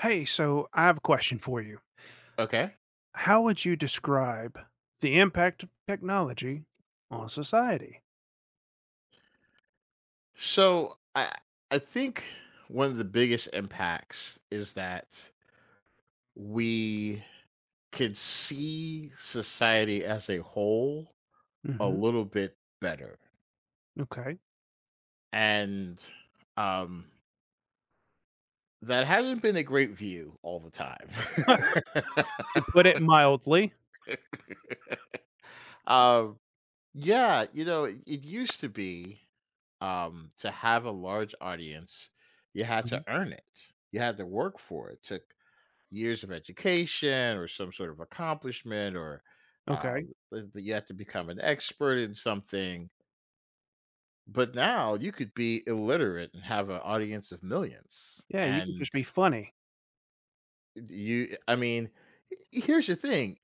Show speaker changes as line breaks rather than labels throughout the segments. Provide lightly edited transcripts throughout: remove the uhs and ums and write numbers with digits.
Hey, so I have a question for you.
Okay.
How would you describe the impact of technology on society?
So I think one of the biggest impacts is that we can see society as a whole a
Hmm.
little bit better.
Okay.
And um that hasn't been a great view all the time.
To put it mildly.
um yeah, it used to be to have a large audience. You had to
Mhm.
earn it. You had to work for it to years of education or some sort of accomplishment or uh,
Okay.
that you have to become an expert in something. But now you could be illiterate and have an audience of millions.
Yeah, you can
And
just be funny.
I mean, here's the thing: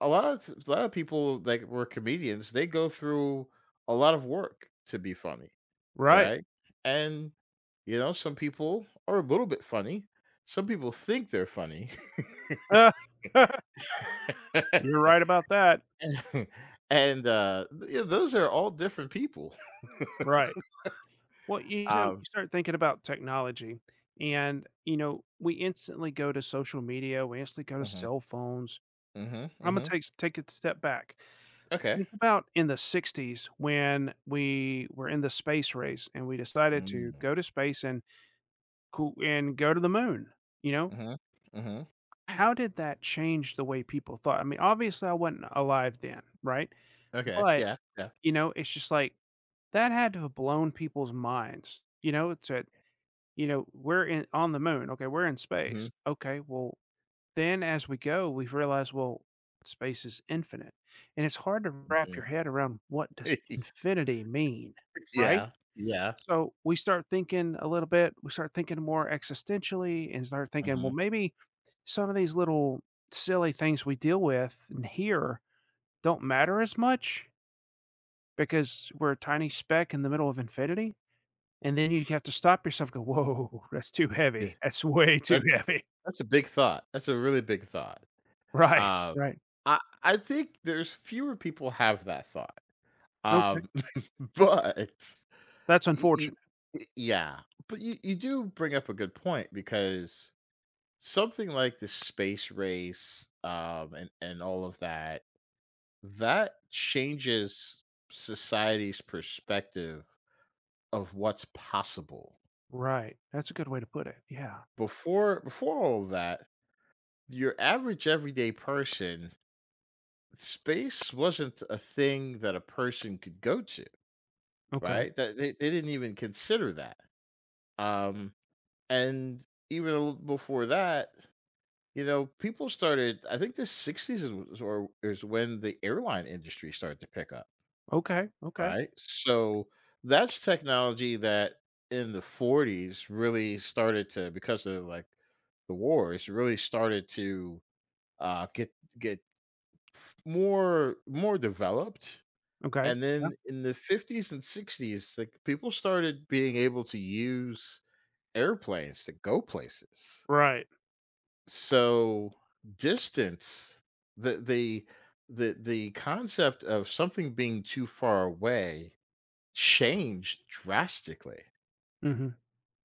a lot of a lot of people that were comedians. They go through a lot of work to be funny,
Right.
right? And some people are a little bit funny. Some people think they're funny.
Uh, You're right about that.
Yeah, those are all different people.
Right. Well, you know, you
um
start thinking about technology and, you know, we instantly go to social media, we instantly go to
mhm,
cell phones.
mhm,
I'm going to
mhm.
take a step back.
Okay.
Think about in the '60s when we were in the space race and we decided to
Mm,
go to space and coo and go to the moon, you know?
mhm, mhm.
How did that change the way people thought? I mean, obviously, I wasn't alive then, right?
Okay.
But,
Yeah, yeah.
you know, it's just like that had to have blown people's minds, you know? It's at you know, we're in on the moon, okay, we're in
Mhm,
space. Okay, well, then as we go, we realize, well, space is infinite. And it's hard to wrap
mhm.
your head around what does infinity mean, right?
Yeah, yeah.
So we start thinking a little bit, we start thinking more existentially and start thinking,
Mhm.
well, maybe some of these little silly things we deal with and here don't matter as much because we're a tiny speck in the middle of infinity. And then you have to stop yourself, and go, whoa, that's too
Yeah.
heavy. That's way too
that's
heavy.
that's a big thought. That's a really big thought.
Right.
um
Right.
I think there's fewer people have that thought.
Okay.
um but
That's
y- y-
unfortunate.
yeah. But you do bring up a good point, because something like the space race, and all of that, that changes society's perspective of what's possible.
Right, that's a good way to put it, yeah.
Before all of that, your average everyday person, space wasn't a thing that a person could go to,
Okay,
right? That they didn't even consider that. um and even a little before that, people started, I think the '60s is, was, or is when the airline industry started to pick up,
okay, okay,
right? So that's technology that in the '40s really started to, because of, like, the wars, really started to, uh, get get more developed,
okay,
and
yeah,
then in the '50s and '60s, like, people started being able to use airplanes to go places.
right,
So distance, the the the concept of something being too far away changed drastically,
mhm,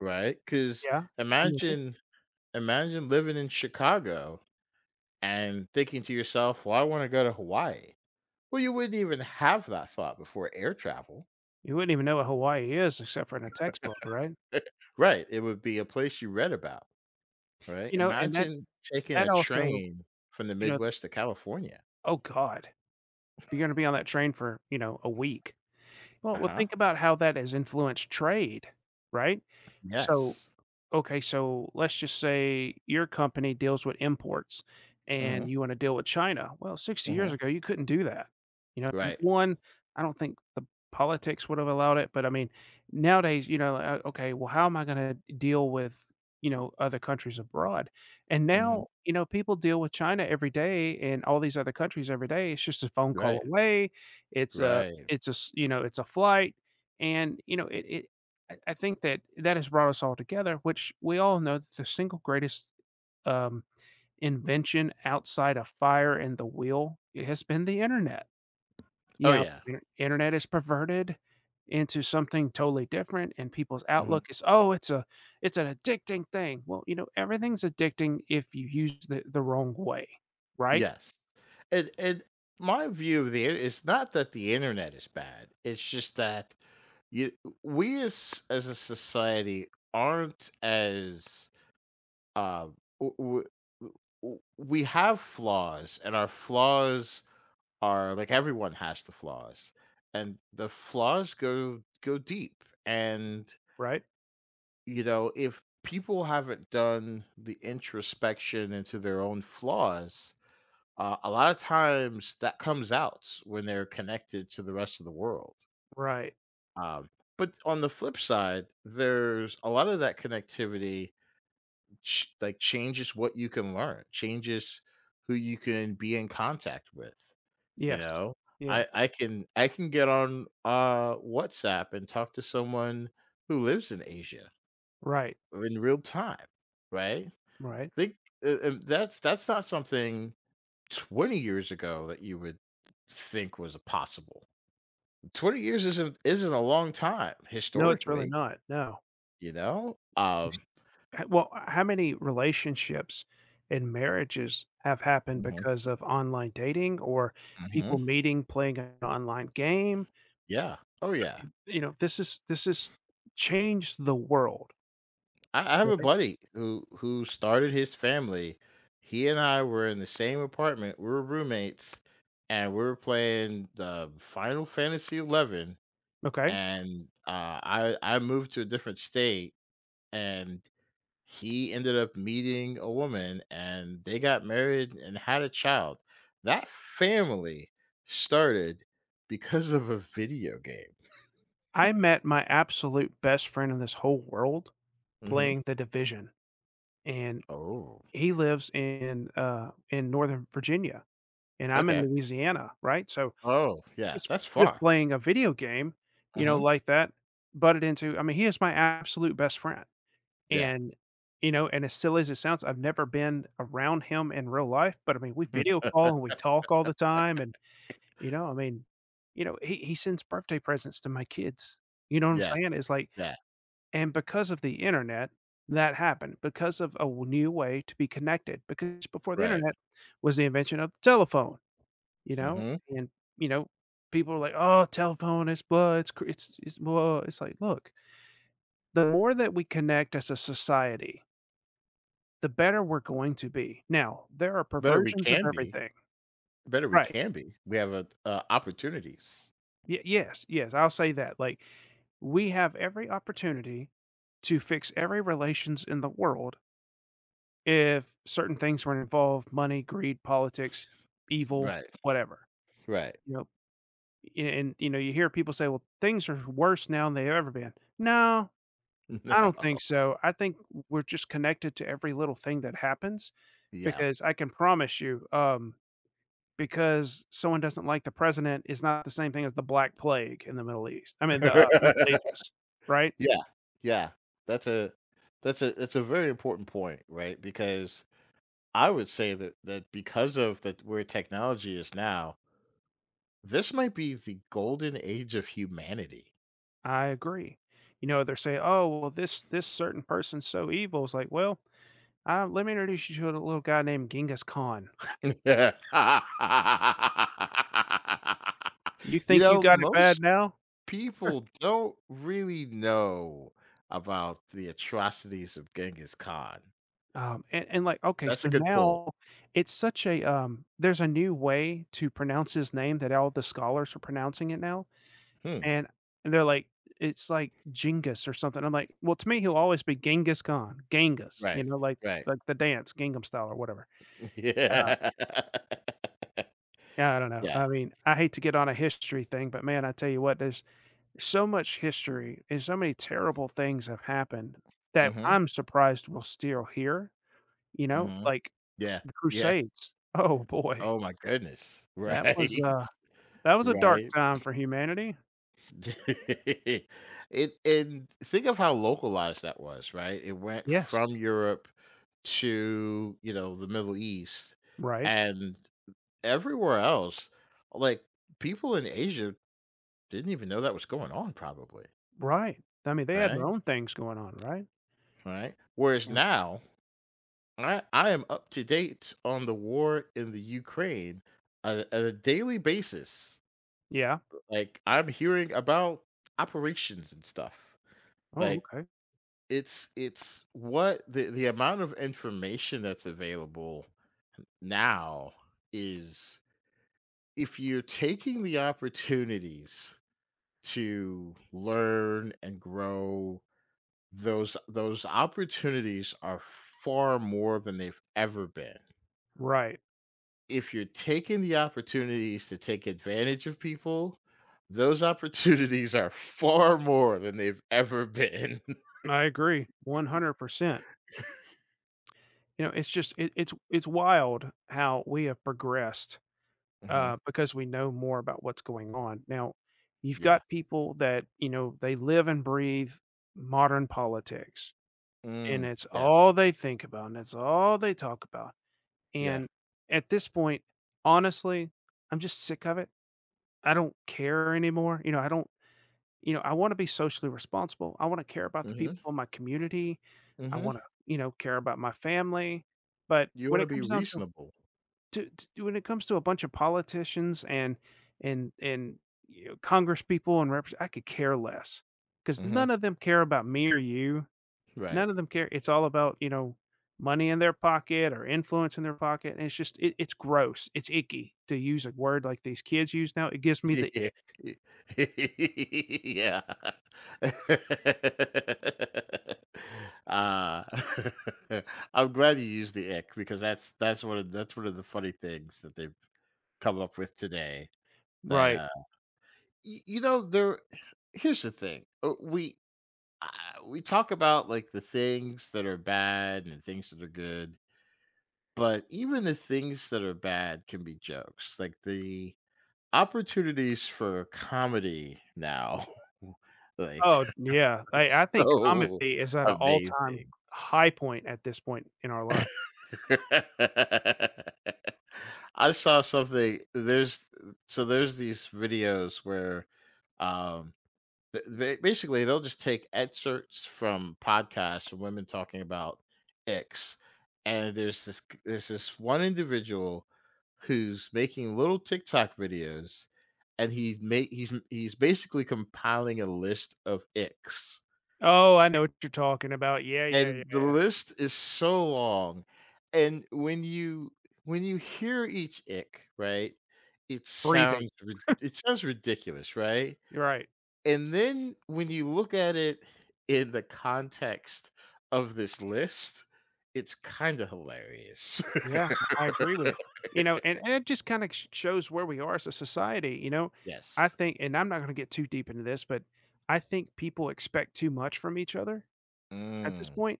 right? Because
yeah, I'm with you.
imagine imagine living in Chicago and thinking to yourself, "Well, I want to go to Hawaii." Well, you wouldn't even have that thought before air travel,
You wouldn't even know what Hawaii is except for in a textbook, right?
right? It would be a place you read about, right?
You know, and that
Imagine taking
that
a
also,
train from the
you know
Midwest to California.
oh god, you're gonna be on that train for, you know, a week.
Uh
Well,
huh.
think about how that has influenced trade, right? So
Yes.
okay, so let's just say your company deals with imports
Hmm,
and you wanna deal with China. Well, 60 years
hmm.
ago, you couldn't do that. You know, w-
Right.
one, I don't think the politics would have allowed it, but I mean, nowadays, you know, okay, well, how am I gonna deal with, you know, other countries abroad? And
Mhm.
now, you know, people deal with China every day and all these other countries every day. It's just a phone
Right.
call away. It's a
Right.
it's a s you know, it's a flight, and, you know, it I think that that has brought us all together, which we all know that the single greatest, um, invention outside of fire and the wheel, it has been the internet. You
Oh,
know,
yeah.
inter internet is perverted into something totally different, and people's
Mhm.
outlook is, "Oh, it's a it's an addicting thing." Well, you know, everything's addicting if you use the wrong way, right?
Yes. And my view of the in it's not that the internet is bad, it's just that you we as a society aren't as, w w w we have flaws, and our flaws are, like, everyone has the flaws, and the flaws go deep. And
Right?
If people haven't done the introspection into their own flaws, a lot of times that comes out when they're connected to the rest of the world.
Right.
Um, but on the flip side, there's a lot of that connectivity like changes what you can learn, changes who you can be in contact with. You
Yes.
know,
Yeah.
I can get on, WhatsApp and talk to someone who lives in Asia
Right.
in real time, right?
Right.
Think that's not something 20 years ago that you would think was possible. 20 years isn't a long time
No, it's really
historically,
not, no.
you know?
It's h well, how many relationships and marriages have happened
Mhm.
because of online dating or
Hmm.
people meeting, playing an online game?
Yeah. Oh yeah.
You know, this is this has changed the world,
I have a
right?
buddy who started his family. He and I were in the same apartment. We were roommates, and we were playing the Final Fantasy XI.
Okay?
And I moved to a different state, and he ended up meeting a woman, and they got married and had a child. That family started because of a video game.
I met my absolute best friend in this whole world
Hmm.
playing The Division, and
Oh,
he lives in Northern Virginia, and I'm in
okay.
Louisiana, right? So
Oh, yeah.
Just
That's
just
far.
playing a video game, you know,
Hmm.
like that, butted into I mean, he is my absolute best friend,
Yeah,
and, you know, and as silly as it sounds, I've never been around him in real life, but, I mean, we video call and we talk all the time, and, you know, I mean, you know, he sends birthday presents to my kids, you know what I'm
yeah,
saying? It's like
yeah.
and because of the internet, that happened, because of a w new way to be connected, because before the
Right.
internet was the invention of the telephone. You know?
Hmm.
And, you know, people are like, "Oh, telephone, it's blah, it's cr it's blah." It's like, look, the more that we connect as a society, the better we're going to be. Now, there are
Better we
perversions of
can be.
everything.
Better we
Right.
can be. We have opportunities.
Y yes, yes, I'll say that, like, we have every opportunity to fix every relations in the world if certain things were involved, money, greed, politics, evil,
Right.
whatever.
Right.
You know? And, you know, you hear people say, "Well, things are worse now than they've ever been." No. I don't think
No.
so. I think we're just connected to every little thing that happens
Yeah.
because I can promise you, because someone doesn't like the president is not the same thing as the Black Plague in the Middle East. I mean, the Middle Ages, right?
Yeah. Yeah. That's a that's a very important point, right? Because I would say that because of that, where technology is now, this might be the golden age of humanity.
I agree. You know, they're saying, "Oh, well, this certain person's so evil." It's like, well, let me introduce you to a little guy named Genghis Khan. You think you got it
Most
bad now?
people don't really know about the atrocities of Genghis Khan.
And, like, okay,
That's a
so
good pull.
now it's such a, there's a new way to pronounce his name that all the scholars are pronouncing it now,
Hmm,
and and they're like, it's like Genghis or something. I'm like, well, to me, he'll always be Genghis Khan, Genghis, you
right,
know,
right.
like the dance, Gangnam Style or whatever.
Yeah.
Yeah, I don't know.
Yeah.
I mean, I hate to get on a history thing, but man, I tell you what, there's so much history and so many terrible things have happened that
Mhm,
I'm surprised we're still here, you know,
mhm.
like
Yeah,
the
yeah.
Crusades. Oh boy.
Oh my goodness.
That was
Right,
a that was a dark
right.
time for humanity.
it and think of how localized that was, right? It went
Yes.
from Europe to, the Middle East
Right,
and everywhere else, like people in Asia didn't even know that was going on, probably,
right. I mean, they had their
right?
own things going on, right?
Right? Whereas
And
now, I am up to date on the war in the Ukraine on on a daily basis.
yeah.
Like, I'm hearing about operations and stuff.
Oh,
Like,
okay.
it's what the amount of information that's available now is, if you're taking the opportunities to learn and grow, those opportunities are far more than they've ever been.
Right.
If you're taking the opportunities to take advantage of people, those opportunities are far more than they've ever been.
I agree 100%. You know, it's just it it's wild how we have progressed,
Mhm.
because we know more about what's going on. Now, you've
Yeah.
got people that, you know, they live and breathe modern politics, and
Mm,
it's
yeah,
all they think about, and it's all they talk about.
yeah.
And at this point, honestly, I'm just sick of it. I don't care anymore. You know, I don't, you know, I want to be socially responsible. I want to care about the
Mhm.
people in my community. I
Mhm.
want to, you know, care about my family. But
You
when
wanna
it
be
comes down to,
reasonable.
to when it comes to a bunch of politicians and and you know, Congress people and reps, I could care less because
Mhm.
none of them care about me or you.
Right.
None of them care. It's all about, you know, money in their pocket or influence in their pocket, and it's just it it's gross. It's icky to use a word like these kids use now. It gives me the
Yeah.
ick.
Yeah. Ah. I'm glad you used the ick, because that's one of the funny things that they've come up with today. that,
Right.
uh y there here's the thing: we talk about, like, the things that are bad and things that are good, but even the things that are bad can be jokes, like the opportunities for comedy now. Like,
Oh, yeah. I think
so
comedy is at an all-time
amazing.
high point at this point in our life.
I saw something. There's these videos where, um, basically they'll just take excerpts from podcasts of women talking about X. And there's this one individual who's making little TikTok videos, and he's basically compiling a list of X.
Oh, I know what you're talking about. Yeah, yeah, yeah.
And the list is so long. And when you hear each ick, right? It
Breathing.
sounds rid- it sounds ridiculous, right?
Right.
And then when you look at it in the context of this list, it's kind of hilarious.
Yeah, I agree with it. You know, and it just kinda sh shows where we are as a society, you know? I
Yes.
think and I'm not gonna get too deep into this, but I think people expect too much from each other at this
Mm,
point.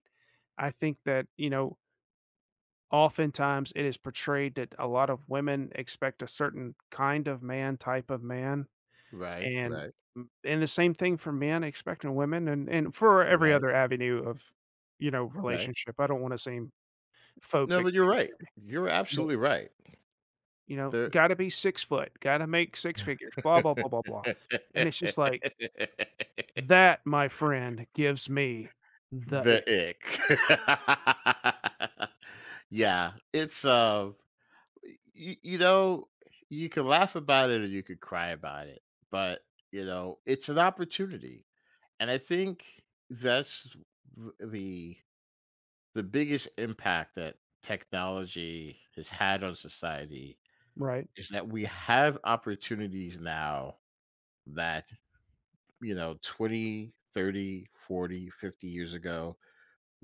I think that, you know, oftentimes it is portrayed that a lot of women expect a certain kind of man, type of man,
right,
and
right,
and the same thing for men expecting women and for every
right,
other avenue of, you know,
right.
relationship. I don't wanna seem phobic
No, but you're
in any
right.
way,
You're
you know?
absolutely right.
You know,
The
"Gotta be 6-foot, gotta make 6 figures, blah, blah, blah, blah, blah," and it's just like, that, my friend, gives me the it.
The ick. Yeah, it's, y you know, you can laugh about it, or you could cry about it, but, it's an opportunity. And I think that's th the biggest impact that technology has had on society
Right?
is that we have opportunities now that, 20, 30, 40, 50 years ago,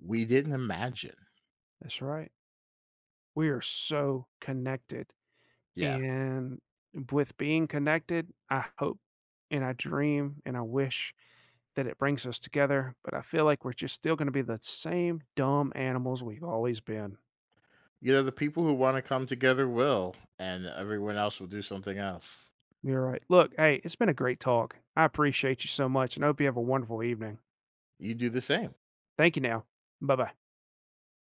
we didn't imagine.
That's right. We are so connected,
Yeah.
and with being connected, I hope, and I dream, and I wish that it brings us together, but I feel like we're just still gonna be the same dumb animals we've always been.
The people who wanna come together will, and everyone else will do something else.
You're right. Look, hey, it's been a great talk. I appreciate you so much, and hope you have a wonderful evening.
You do the same.
Thank you now. Bye-bye.